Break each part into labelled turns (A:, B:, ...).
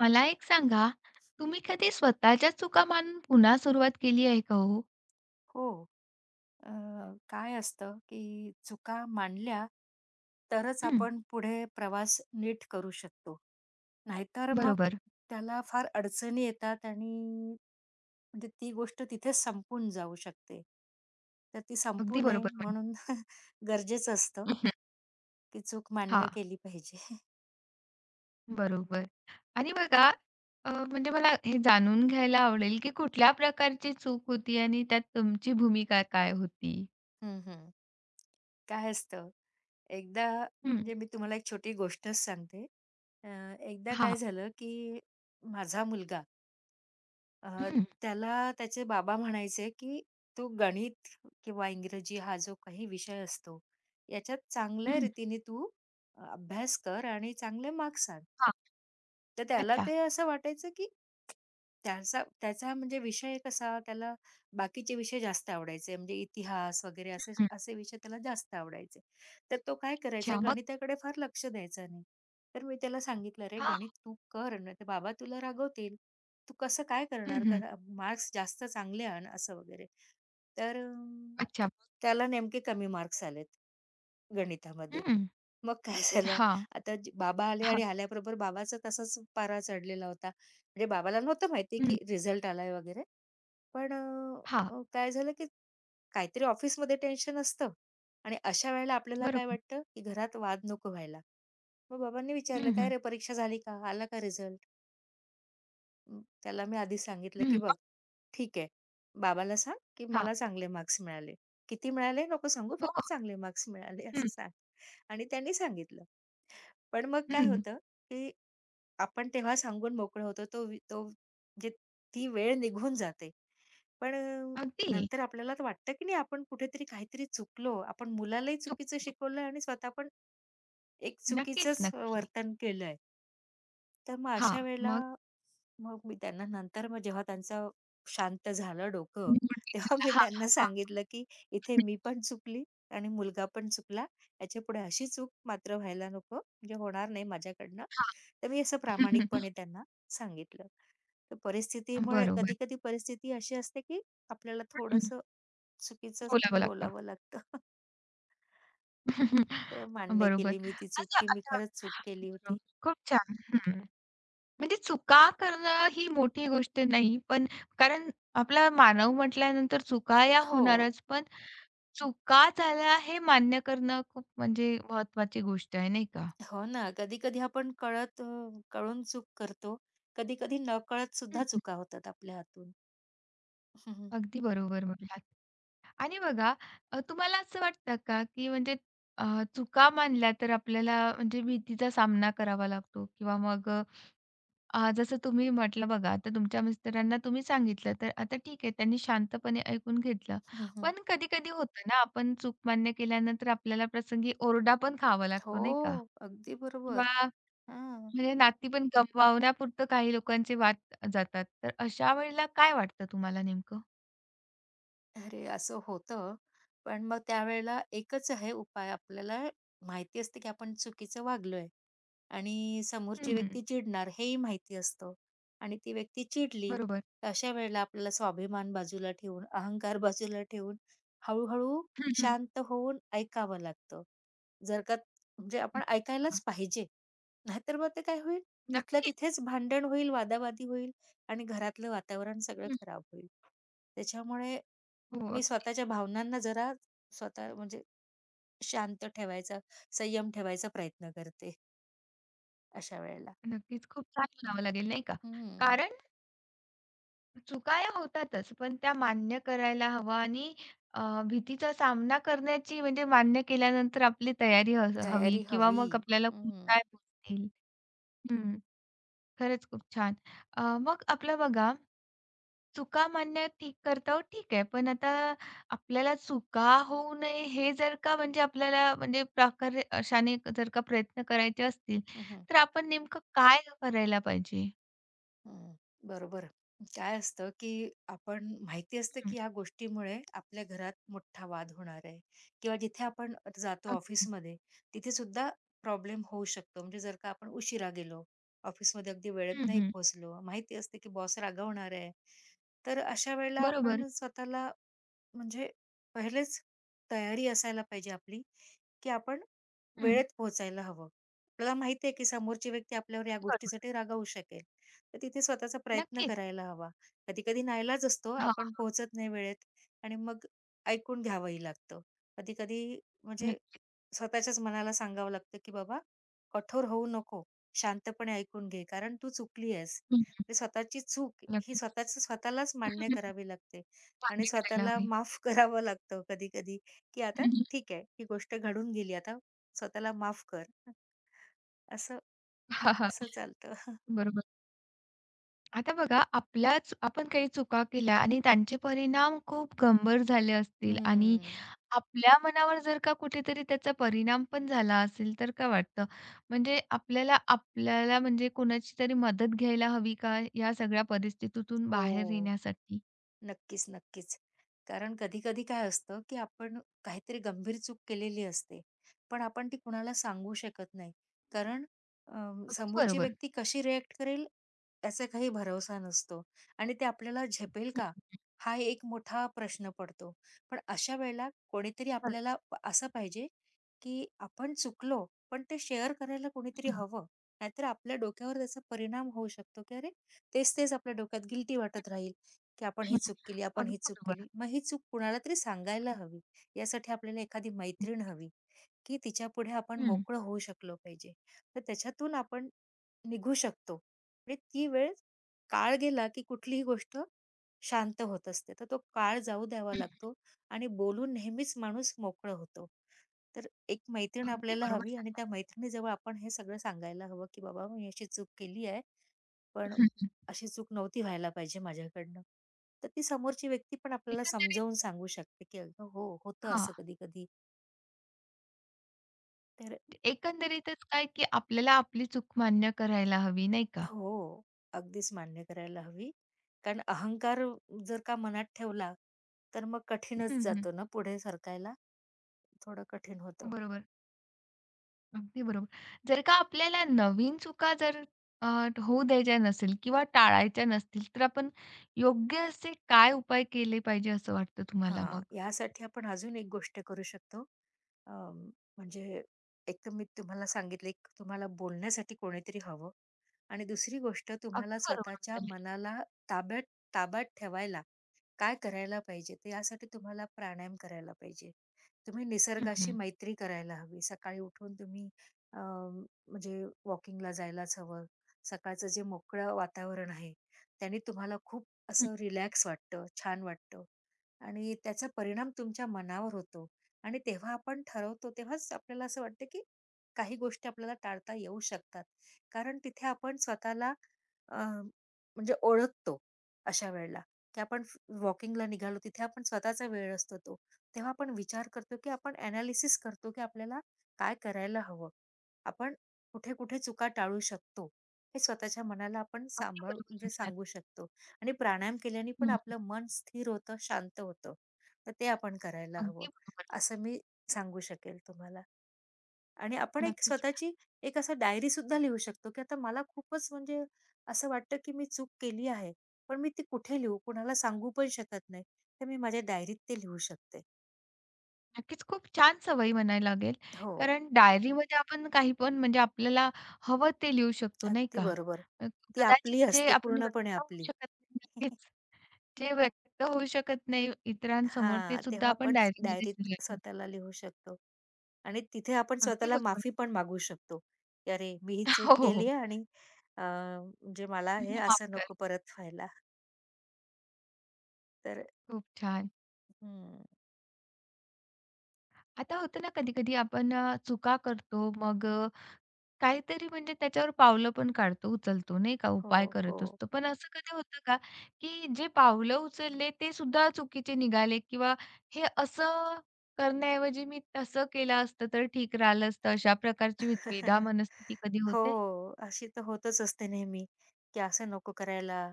A: मला एक सांगा, तुम्ही कधी स्वतःच्या चुका मानून पुन्हा सुरुवात केली आहे का हो?
B: हो. अ, काय असतं, की चुका मांडल्या तरच
A: हं,
B: आपण पुढे प्रवास नीट करू शकतो. नाहीतर मग
A: बरोबर.
B: त्याला फार अडचणी येतात आणि म्हणजे ती गोष्ट तिथे संपून जाऊ शकते. तर ती संपू
A: अगदी
B: नये
A: बरोबर.
B: म्हणून गरजेचं असतं, की चूक मान्य
A: हां,
B: केली पाहिजे.
A: बरोबर. आणि बघा, म्हणजे मला हे जाणून घ्यायला आवडेल, की कुठल्या प्रकारची चूक होती आणि त्यात तुमची भूमिका काय होती?
B: हं, हं. काय असतं एकदा
A: हं,
B: म्हणजे मी तुम्हाला एक छोटी गोष्टच सांगते. अ, एकदा काय
A: हां.
B: झालं, की माझा मुलगा अ,
A: हं,
B: त्याला त्याचे बाबा म्हणायचे, की "तू गणित किंवा इंग्रजी हा जो काही विषय असतो, याच्यात चांगल्या
A: हं.
B: रीतीने तू अभ्यास कर आणि चांगले मार्क्स आण."
A: हां.
B: तर त्याला
A: अच्छा.
B: ते असं वाटायचं, की त्याचा त्याचा म्हणजे विषय कसा त्याला बाकीचे विषय जास्त आवडायचे म्हणजे इतिहास वगैरे असे
A: हं.
B: असे विषय त्याला जास्त आवडायचे. तर तो काय करायचा
A: अच्छा, मग?
B: गणिताकडे फार लक्ष द्यायचा नाही. तर मी त्याला सांगितलं, "अरे
A: हां.
B: गणित तू कर, नाहीतर बाबा तुला रागवतील." तू कसं काय
A: हं,
B: करणार?
A: हं.
B: मार्क्स जास्त चांगले आण असं वगैरे. तर अ,
A: अच्छा.
B: त्याला नेमके कमी मार्क्स आलेत गणितामध्ये.
A: हं.
B: मग काय झालं,
A: हां.
B: आता बाबा आले आणि
A: हां.
B: आल्याबरोबर बाबाचा तसाच पारा चढलेला होता. म्हणजे बाबाला नव्हतं माहिती
A: हं.
B: की रिझल्ट आलाय वगैरे. पण अ,
A: हां.
B: काय झालं की काहीतरी ऑफिसमध्ये टेन्शन असतं आणि अशा वेळेला आपल्याला काय
A: बरोबर.
B: वाटतं, की घरात वाद नको व्हायला. मग बाबांनी विचारलं,
A: हं,
B: "काय
A: हं.
B: रे परीक्षा झाली का? आला का रिझल्ट?" त्याला मी आधी सांगितलं, की
A: हं.
B: "बघ, ठीक आहे. बाबाला सांग, की
A: हां.
B: मला चांगले मार्क्स मिळाले. किती मिळाले नको सांगू,
A: हो.
B: फक्त चांगले मार्क्स मिळाले
A: हो,
B: असं सांग." आणि त्यांनी सांगितलं. पण मग
A: हं,
B: काय
A: हं.
B: होतं, की आपण तेव्हा सांगून मोकळं होतो. तो म्हणजे ती वेळ निघून जाते. पण अ,
A: अगदी.
B: नंतर आपल्याला तर वाटतं, की नाही आपण कुठेतरी काहीतरी चुकलो. आपण मुलालाही चुकीचं शिकवलंय आणि स्वतः पण एक
A: नक्कीच,
B: चुकीचंच
A: नक्की.
B: वर्तन केलंय. तर मग
A: हां,
B: अशा वेळेला
A: मग
B: मग मी त्यांना नंतर मग जेव्हा त्यांचं शांत झालं डोकं,
A: तुम्ही
B: तेव्हा
A: म्हटले
B: मी
A: हां,
B: त्यांना
A: हां.
B: सांगितलं, की "इथे मी पण चुकली आणि मुलगा पण चुकला. याच्यापुढे अशी चूक मात्र व्हायला नको, म्हणजे होणार नाही माझ्याकडनं." तर मी असं प्रामाणिकपणे त्यांना सांगितलं. तर परिस्थितीमुळे
A: बरोबर.
B: कधी-कधी परिस्थिती अशी असते, की आपल्याला
A: हं.
B: थोडंसं चुकीचं
A: बोलावं लागतं.
B: बोलावं लागतं. तर मान्य
A: बरोबर.
B: केली मी ती चूक,
A: असं
B: की मी
A: आता
B: खरंच चूक केली
A: बरोबर.
B: होती.
A: खूप छान. हं. म्हणजे चुका करणं ही मोठी गोष्ट नाही, पण कारण आपला मानव म्हटल्यानंतर चुका या
B: हो.
A: होणारच, पण चुका झाल्या हे मान्य करणं खूप म्हणजे महत्त्वाची गोष्ट आहे, नाही का?
B: हो ना, कधी-कधी आपण कळून चूक करतो. कधी-कधी नकळत
A: हं,
B: सुद्धा चुका होतात आपल्या हातून. हं, हं.
A: अगदी बरोबर म्हटलात. आणि बघा, तुम्हाला असं वाटतं का, की म्हणजे, अ, चुका मानल्या तर आपल्याला म्हणजे भीतीचा सामना करावा लागतो किंवा मग, जसं तुम्ही म्हटलं बघा, आता तुमच्या मिस्टरांना तुम्ही सांगितलं, तर आता ठीक आहे, त्यांनी शांतपणे ऐकून घेतलं. पण कधी-कधी होतं ना, आपण चूक मान्य केल्यानंतर आपल्याला प्रसंगी ओरडा पण खावा
B: हो,
A: लागतो, नाही का?
B: अगदी
A: किंवा
B: बरोबर. हां.
A: म्हणजे नाती पण गमवावण्यापुरतं काही लोकांचे वाद जातात. तर अशा वेळेला काय वाटतं तुम्हाला नेमकं?
B: अरे, असं होतं. पण मग त्यावेळेला एकच आहे उपाय. आपल्याला माहिती असते की आपण चुकीचं वागलोय. आणि समोरची
A: हं,
B: व्यक्ती चिडणार हेही माहिती असतं आणि ती व्यक्ती चिडली
A: बरोबर.
B: तर अशा वेळेला आपल्याला स्वाभिमान बाजूला ठेवून अहंकार बाजूला ठेवून हळूहळू
A: हं, हं.
B: शांत होऊन ऐकावं लागतं जर का म्हणजे आपण
A: अच्छा.
B: ऐकायलाच पाहिजे नाहीतर मग ते काय होईल तिथल्या
A: नक्की.
B: तिथेच भांडण होईल वादावादी होईल आणि घरातलं वातावरण सगळं खराब होईल त्याच्यामुळे
A: हो,
B: मी
A: अगदीच.
B: स्वतःच्या भावनांना जरा स्वतः म्हणजे शांत ठेवायचा संयम ठेवायचा प्रयत्न करते अशा वेळेला
A: नक्कीच खूप छान म्हणावं लागेल नाही का?
B: हं,
A: कारण चुका या होतातच, पण त्या मान्य करायला हवा आणि, भीतीचा सामना करण्याची म्हणजे मान्य केल्यानंतर आपली तयारी हवी
B: तयारी
A: किंवा
B: हवी.
A: मग आपल्याला
B: हं,
A: कोण काय बोलतील. हं, खरंच खूप छान. मग आपलं बघा, चुका मान्य ठीक करतो ठीक आहे, पण आता आपल्याला चुका होऊ नये हे जर का म्हणजे आपल्याला म्हणजे प्रकारे अशाने जर का प्रयत्न करायचे असतील,
B: हं, हं,
A: तर आपण नेमकं काय करायला पाहिजे?
B: हं. बरोबर. काय असतं, की आपण माहिती असतं, की ह्या गोष्टीमुळे आपल्या घरात मोठा वाद होणार आहे किंवा जिथे आपण जातो
A: अगदी.
B: ऑफिसमध्ये, तिथे सुद्धा प्रॉब्लेम होऊ शकतो. म्हणजे जर का आपण उशिरा गेलो, ऑफिसमध्ये अगदी वेळेत
A: हं,
B: नाही
A: हं.
B: पोहोचलो, माहिती असते, की बॉस रागावणार आहे. तर अशा वेळेला
A: बरोबर.
B: आपण स्वतःला म्हणजे पहिलेच तयारी असायला पाहिजे आपली, की आपण
A: हं.
B: वेळेत पोहोचायला हवं. आपल्याला माहिती आहे, की समोरची व्यक्ती आपल्यावर या
A: अगदी बरोबर.
B: गोष्टीसाठी रागावू शकेल. तर तिथे स्वतःचा प्रयत्न
A: नक्कीच.
B: करायला हवा. कधी-कधी नाईलाज असतो, आपण
A: हां.
B: पोहोचत नाही वेळेत आणि मग ऐकून घ्यावंही लागतं. कधी-कधी म्हणजे
A: नक्कीच.
B: स्वतःच्याच मनाला सांगावं लागतं, की "बाबा कठोर होऊ नको, शांतपणे ऐकून घे, कारण तू चुकली आहेस."
A: हं,
B: म्हणजे स्वतःची चूक ही
A: नक्कीच.
B: स्वतःच स्वतःलाच मान्य करावी लागते. आणि
A: मान्य करायला
B: स्वतःला
A: हवी.
B: माफ करावं लागतं कधी-कधी, की आता ठीक आहे, ही गोष्ट घडून गेली, आता स्वतःला माफ कर. असं
A: हां, हां.
B: असं चालतं.
A: बरोबर. आता बघा, आपल्याच आपण काही चुका केल्या आणि त्यांचे परिणाम खूप गंभीर झाले असतील आणि
B: हम्म.
A: आपल्या मनावर जर का कुठेतरी त्याचा परिणाम पण झाला असेल, तर काय वाटतं? म्हणजे आपल्याला आपल्याला म्हणजे कोणाची तरी मदत घ्यायला हवी का या सगळ्या परिस्थितीतून बाहेर
B: हो.
A: येण्यासाठी?
B: नक्कीच, नक्कीच. कारण कधी-कधी काय असतं, की आपण काहीतरी गंभीर चूक केलेली असते. पण आपण ती कुणाला सांगू शकत नाही. कारण अ,
A: अगदी
B: समोरची
A: बरोबर.
B: व्यक्ती कशी रिएक्ट करेल याचा काही भरवसा नसतो आणि ते आपल्याला झेपेल
A: हं,
B: का? हा एक मोठा प्रश्न पडतो. पण अशा वेळेला कोणीतरी आपल्याला
A: खरंच.
B: असं पाहिजे, की आपण चुकलो, पण ते शेअर करायला कोणीतरी
A: हं,
B: हवं. नाहीतर आपल्या डोक्यावर त्याचा परिणाम होऊ शकतो, की "अरे, तेच-तेच आपल्या डोक्यात गिल्टी वाटत राहील." की आपण ही
A: हं.
B: चूक केली, आपण
A: अगदी
B: ही चूक
A: बरोबर.
B: केली. मग ही चूक कुणाला तरी सांगायला हवी. यासाठी आपल्याला एखादी मैत्रीण हवी, की तिच्या पुढे आपण
A: हं, हं.
B: मोकळं होऊ शकलो पाहिजे. तर त्याच्यातून आपण निघू शकतो. म्हणजे ती वेळ काळ गेला, की कुठलीही गोष्ट शांत होत असते. तर तो काळ जाऊ द्यावा लागतो आणि बोलून नेहमीच माणूस मोकळं होतो. तर एक मैत्रीण
A: अगदी
B: आपल्याला
A: बरोबर
B: हवी आणि त्या
A: सांगा.
B: मैत्रिणीजवळ आपण हे सगळं सांगायला हवं, की "बाबा, मी अशी चूक केली आहे." पण
A: हं.
B: अशी चूक नव्हती व्हायला पाहिजे माझ्याकडनं. तर ती समोरची व्यक्ती पण आपल्याला
A: एकंदरीत
B: समजावून सांगू शकते, की "अगं हो, होतं
A: हां,
B: असं कधी-कधी." तर
A: एकंदरीतच काय, की आपल्याला आपली चूक मान्य करायला हवी, नाही का?
B: हो, अगदीच मान्य करायला हवी. कारण अहंकार जर का मनात ठेवला, तर मग कठीणच
A: हं, हं.
B: जातो ना पुढे सरकायला, थोडं कठीण होतं.
A: बरोबर, अगदी बरोबर. जर का आपल्याला नवीन चुका जर, अ, होऊ द्यायच्या नसेल किंवा टाळायच्या नसतील, तर आपण योग्य असे काय उपाय केले पाहिजे असं वाटतं तुम्हाला
B: हां,
A: मग?
B: यासाठी आपण अजून एक गोष्ट करू शकतो. अ, म्हणजे एक तर मी तुम्हाला सांगितलं, एक तुम्हाला बोलण्यासाठी कोणीतरी हवं. आणि दुसरी गोष्ट तुम्हाला
A: अगदी बरोबर
B: स्वतःच्या
A: म्हणाले.
B: मनाला ताब्यात ताब्यात ठेवायला काय करायला पाहिजे? तर यासाठी तुम्हाला प्राणायाम करायला पाहिजे. तुम्ही
A: हं,
B: निसर्गाशी
A: हं,
B: मैत्री करायला हवी. सकाळी उठून तुम्ही म्हणजे वॉकिंगला जायलाच हवं. सकाळचं जे मोकळं वातावरण आहे, त्याने तुम्हाला खूप
A: हं.
B: असं रिलॅक्स वाटतं, छान वाटतं. आणि त्याचा परिणाम तुमच्या मनावर होतो आणि तेव्हा आपण ठरवतो तेव्हाच आपल्याला असं वाटतं की काही गोष्टी आपल्याला टाळता येऊ शकतात. कारण तिथे आपण स्वतःला अ, म्हणजे ओळखतो अशा वेळेला, की आपण वॉकिंगला निघालो तिथे आपण स्वतःचा वेळ असतो तो. तेव्हा आपण विचार करतो की आपण एनालिसिस करतो की आपल्याला काय करायला हवं. आपण कुठे-कुठे चुका टाळू शकतो. हे स्वतःच्या मनाला आपण
A: अगदी बरोबर
B: म्हणजे
A: म्हणालात.
B: सांगू शकतो. आणि प्राणायाम केल्याने पण
A: हं,
B: आपलं मन स्थिर होतं, शांत होतं. तर ते आपण करायला हवं,
A: अगदी बरोबर.
B: असं मी सांगू शकेल तुम्हाला. आणि आपण एक
A: नक्कीच.
B: स्वतःची एक असं डायरीसुद्धा लिहू शकतो, की आता मला खूपच म्हणजे असं वाटतं, की मी चूक केली आहे. पण मी ती कुठे लिहू? कुणाला सांगू पण शकत नाही. तर मी माझ्या डायरीत ते लिहू शकते.
A: नक्कीच खूप छान सवयी म्हणायला लागेल.
B: हो,
A: कारण डायरीमध्ये आपण काही पण म्हणजे आपल्याला हवं ते लिहू शकतो नाही
B: अगदी
A: का?
B: बरोबर.
A: अ,
B: ती
A: कदाचित
B: आपली
A: जे
B: असते,
A: आपण
B: पूर्णपणे
A: व्यक्त होऊ
B: आपली.
A: शकत नाही नक्कीच. जे व्यक्त होऊ शकत नाही इतरांसमोर ते
B: हां,
A: सुद्धा
B: तेव्हा
A: आपण
B: आपण
A: डायरीमध्येच
B: डायरीत
A: लिहायचं.
B: स्वतःला लिहू शकतो. आणि तिथे आपण
A: अगदी
B: स्वतःला
A: बरोबर.
B: माफी पण मागू शकतो, की "अरे, मी ही चूक
A: हो, हो, हो.
B: केली आहे आणि म्हणजे मला हे
A: मला माफ
B: असं
A: कर.
B: नको परत व्हायला." तर
A: खूप छान.
B: हं,
A: आता होतं ना, कधी-कधी आपण, चुका करतो मग, काहीतरी म्हणजे त्याच्यावर पावलं पण काढतो, उचलतो नाही का,
B: हो,
A: उपाय करत
B: हो.
A: असतो. पण असं कधी होतं का, की जे पावलं उचलले ते सुद्धा चुकीचे निघाले किंवा हे असं करण्याऐवजी मी तसं केलं असतं तर ठीक राहिलं असतं, अशा प्रकारची द्विधा मनस्थिती कधी
B: हो,
A: होते?
B: अशी तर होतच असते नेहमी, की असं नको करायला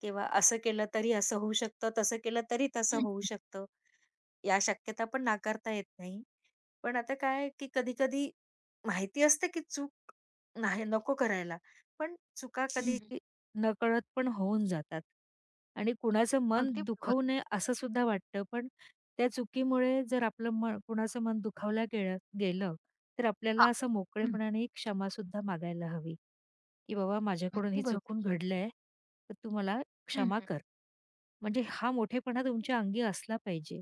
B: किंवा असं केलं तरी असं होऊ शकतं, तसं केलं तरी तसं
A: हं,
B: होऊ शकतं. या शक्यता पण नाकारता येत नाही. पण आता काय आहे, की कधी-कधी माहिती असते, की चूक नाही नको करायला. पण चुका
A: हं,
B: कधी
A: हं.
B: नकळत पण होऊन जातात आणि कुणाचं मन
A: अगदी बरोबर.
B: दुखवू नये असं सुद्धा वाटतं. पण त्या चुकीमुळे जर आपलं मन कुणाचं मन दुखावलं गेलं गेलं, तर आपल्याला
A: हां.
B: असं
A: हं.
B: मोकळेपणाने क्षमासुद्धा मागायला हवी, की "बाबा माझ्याकडून
A: अगदी
B: हे
A: बरोबर.
B: चुकून घडलंय, तर तू मला
A: हं,
B: क्षमा
A: हं.
B: कर." म्हणजे हा मोठेपणा तुमच्या अंगी असला पाहिजे.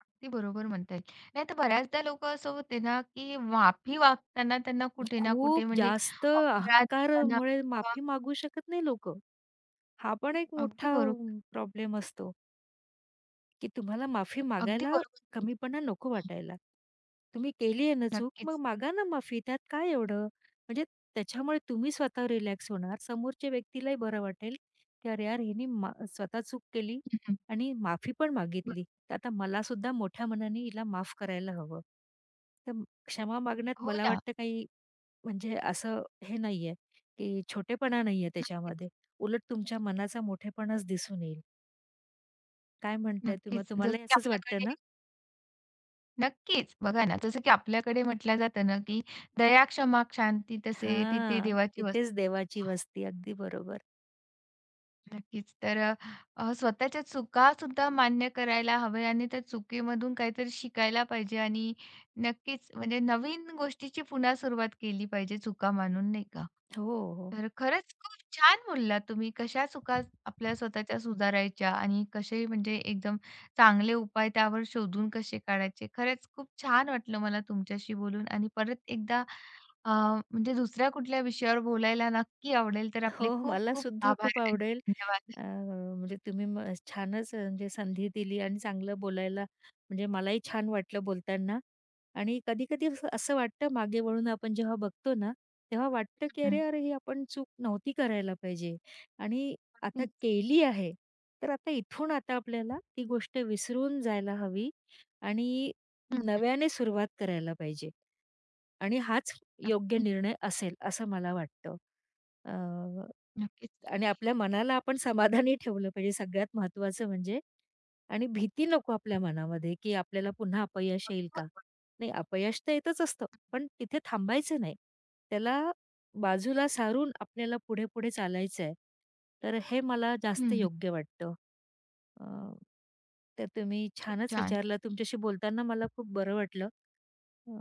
A: अगदी बरोबर म्हणता येईल. नाहीतर बऱ्याचदा लोकं असं होते ना, की माफी मागताना त्यांना कुठे ना
B: खूप
A: कुठे म्हणजे
B: जास्त
A: अपराधीपणा
B: अहंकारमुळे
A: किंवा
B: माफी मागू शकत नाही लोकं. हा पण एक
A: अगदी
B: मोठा
A: बरोबर,
B: प्रॉब्लेम असतो, की तुम्हाला माफी
A: अगदी
B: मागायला
A: बरोबर.
B: कमीपणा नको
A: हां,
B: वाटायला. तुम्ही केली आहे ना चूक, मग
A: नक्कीच.
B: मागा ना माफी, त्यात काय एवढं? म्हणजे त्याच्यामुळे तुम्ही स्वतः रिलॅक्स होणार, समोरच्या व्यक्तीलाही बरं वाटेल, की "अरे यार, हिने मा स्वतः चूक केली
A: हं, हं.
B: आणि माफी पण
A: बरो
B: मागितली, तर आता मलासुद्धा मोठ्या मनाने हिला माफ करायला हवं." तर क्षमा मागण्यात
A: हो
B: मला
A: ना.
B: वाटतं काही म्हणजे असं हे नाहीये, की छोटेपणा नाहीये
A: नक्कीच,
B: त्याच्यामध्ये. उलट तुमच्या मनाचा मोठेपणाच दिसून येईल. काय म्हणताय
A: नक्कीच. जसं
B: तुम्हालाही
A: की
B: असंच वाटतं ना?
A: आपल्याकडे. बघा ना, जसं की आपल्याकडे म्हटलं जातं ना, की दया, क्षमा, शांती तसे तिथे
B: हां,
A: देवाची
B: तिथेच
A: वस्ती नाही
B: देवाची
A: का?
B: वस्ती. अगदी बरोबर.
A: नक्कीच. तर, अ, अ, स्वतःच्या चुकासुद्धा मान्य करायला हवे आणि त्या चुकीमधून काहीतरी शिकायला पाहिजे आणि नक्कीच म्हणजे नवीन गोष्टीची पुन्हा सुरुवात केली पाहिजे चुका मानून, नाही का?
B: हो, हो.
A: तर खरंच खूप छान बोललात तुम्ही. कशा चुका आपल्या स्वतःच्या सुधारायच्या आणि कसे म्हणजे एकदम चांगले उपाय त्यावर शोधून कसे काढायचे. खरंच खूप छान वाटलं मला तुमच्याशी बोलून आणि परत एकदा, म्हणजे दुसऱ्या कुठल्या विषयावर बोलायला नक्की आवडेल. तर आपले
B: हो,
A: खूप
B: मला
A: खूप
B: सुद्धा
A: आभार
B: खूप
A: आणि
B: आवडेल.
A: धन्यवाद.
B: म्हणजे तुम्ही म छानच म्हणजे संधी दिली आणि चांगलं बोलायला म्हणजे मलाही छान वाटलं बोलताना. आणि कधी-कधी असं असं वाटतं मागे वळून आपण जेव्हा बघतो ना, तेव्हा वाटतं की
A: हं,
B: "अरे, अरे, ही आपण चूक नव्हती करायला पाहिजे." आणि आता
A: हं,
B: केली आहे, तर आता इथून आता आपल्याला ती गोष्ट विसरून जायला हवी आणि
A: हं.
B: नव्याने सुरुवात करायला पाहिजे. आणि हाच योग्य
A: नक्की,
B: निर्णय असेल असं मला वाटतं.
A: नक्कीच,
B: आणि
A: नक्की.
B: आपल्या मनाला आपण समाधानी ठेवलं पाहिजे सगळ्यात महत्त्वाचं म्हणजे. आणि भीती नको आपल्या मनामध्ये, की आपल्याला पुन्हा अपयश येईल का? नाही अपयश तर येतच असतं, पण तिथे थांबायचं नाही. त्याला बाजूला सारून आपल्याला पुढे-पुढे चालायचं आहे. तर हे मला जास्त
A: हं, हं.
B: योग्य वाटतं. अ, तर तुम्ही
A: खूप
B: छानच
A: छान.
B: विचारलं. तुमच्याशी बोलताना मला खूप बरं वाटलं. अ,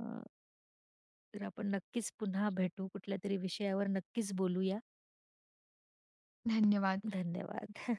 B: तर आपण नक्कीच पुन्हा भेटू. कुठल्यातरी विषयावर नक्कीच बोलूया.
A: धन्यवाद.
B: धन्यवाद.